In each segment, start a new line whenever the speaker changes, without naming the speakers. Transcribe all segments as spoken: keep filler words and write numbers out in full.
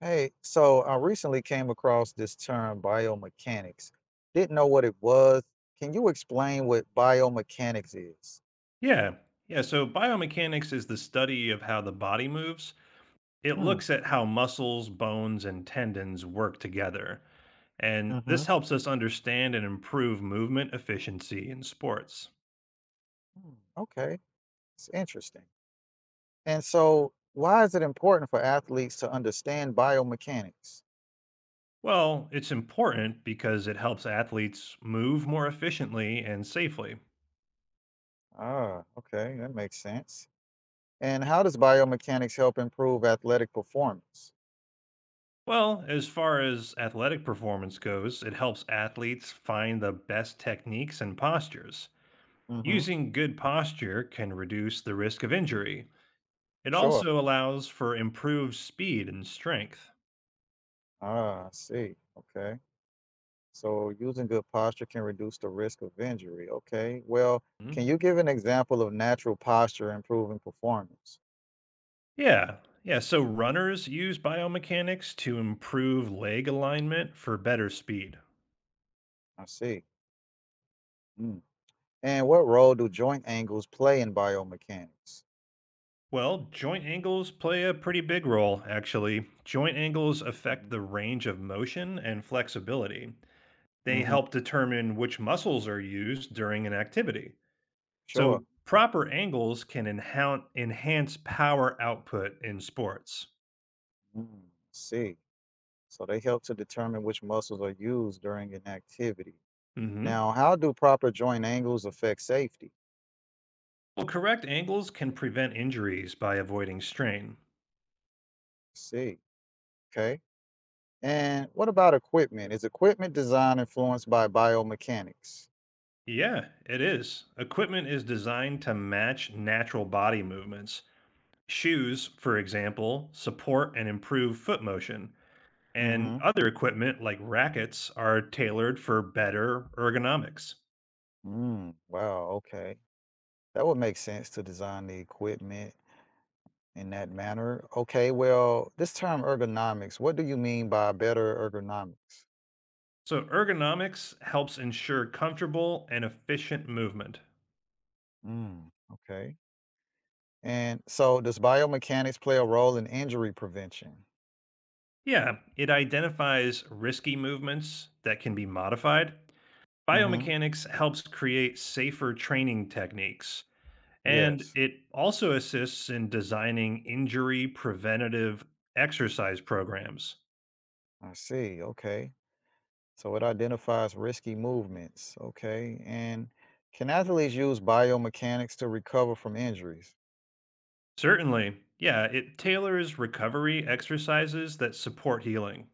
Hey, so I recently came across this term biomechanics. Didn't know what it was. Can you explain what biomechanics is?
Yeah. Yeah, so biomechanics is the study of how the body moves. It
Hmm.
looks at how muscles, bones, and tendons work together. And
Mm-hmm.
this helps us understand and improve movement efficiency in sports.
Hmm, okay, it's interesting. And so, why is it important for athletes to understand biomechanics?
Well, it's important because it helps athletes move more efficiently and safely.
Ah, okay, that makes sense. And how does biomechanics help improve athletic performance?
Well, as far as athletic performance goes, it helps athletes find the best techniques and postures.
Mm-hmm.
Using good posture can reduce the risk of injury. It
Sure.
also allows for improved speed and strength.
Ah, I see. Okay. So using good posture can reduce the risk of injury. Okay. Well, can
Hmm?
you give an example of natural posture improving performance?
Yeah. Yeah, so runners use biomechanics to improve leg alignment for better speed.
I see. Mm. And what role do joint angles play in biomechanics?
Well, joint angles play a pretty big role, actually. Joint angles affect
Mm-hmm.
the range of motion and flexibility. They
Mm-hmm.
help determine which muscles are used during an activity.
Sure.
So, proper angles can enhan- enhance power output in sports.
Mm. See. So they help to determine which muscles are used during an activity.
Hmm.
Now, how do proper joint angles affect safety?
Well, correct angles can prevent injuries by avoiding strain.
See. Okay. And what about equipment? Is equipment design influenced by biomechanics?
Yeah, it is. Equipment is designed to match natural body movements. Shoes, for example, support and improve foot motion,
Mm-hmm.
and other equipment like rackets are tailored for better ergonomics.
Mm, wow, okay. That would make sense to design the equipment in that manner. Okay, well, this term ergonomics, what do you mean by better ergonomics?
So, ergonomics helps ensure comfortable and efficient movement.
Mm, okay. And so does biomechanics play a role in injury prevention?
Yeah, it identifies risky movements that can be modified.
Hmm
Biomechanics helps create safer training techniques, and
Yes,
it also assists in designing injury preventative exercise programs.
I see. Okay. So it identifies risky movements. Okay. And can athletes use biomechanics to recover from injuries?
Certainly, yeah, it tailors recovery exercises that support healing.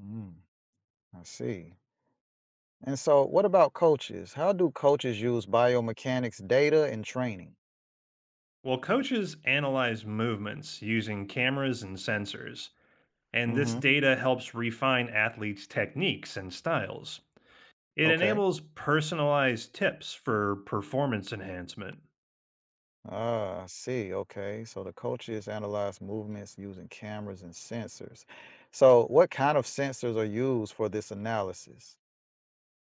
Mm, I see. And so, what about coaches? How do coaches use biomechanics data in training?
Well, coaches analyze movements using cameras and sensors, and this
Mm-hmm.
data helps refine athletes' techniques and styles. It
Okay.
enables personalized tips for performance enhancement.
Ah, I see. Okay. So the coaches analyze movements using cameras and sensors. So, what kind of sensors are used for this analysis?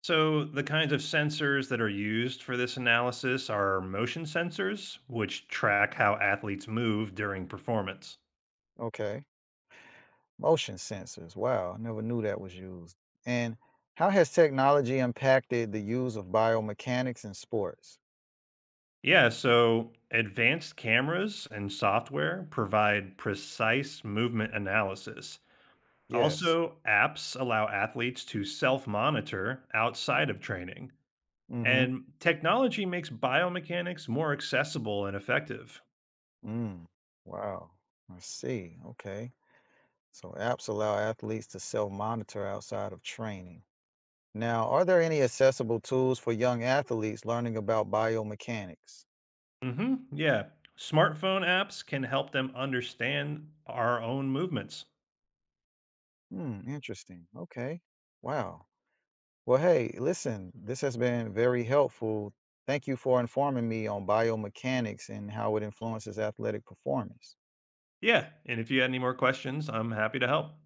So, the kinds of sensors that are used for this analysis are motion sensors, which track how athletes move during performance.
Okay. Motion sensors. Wow, I never knew that was used. And how has technology impacted the use of biomechanics in sports?
Yeah, so advanced cameras and software provide precise movement analysis.
Yes.
Also, apps allow athletes to self monitor outside of training.
Mm-hmm.
And technology makes biomechanics more accessible and effective.
Mm. Wow. I see. Okay. So apps allow athletes to self-monitor outside of training. Now, are there any accessible tools for young athletes learning about biomechanics?
Hmm. Yeah. Smartphone apps can help them understand our own movements.
Hmm, interesting. Okay. Wow. Well, hey, listen, this has been very helpful. Thank you for informing me on biomechanics and how it influences athletic performance.
Yeah, and if you had any more questions, I'm happy to help.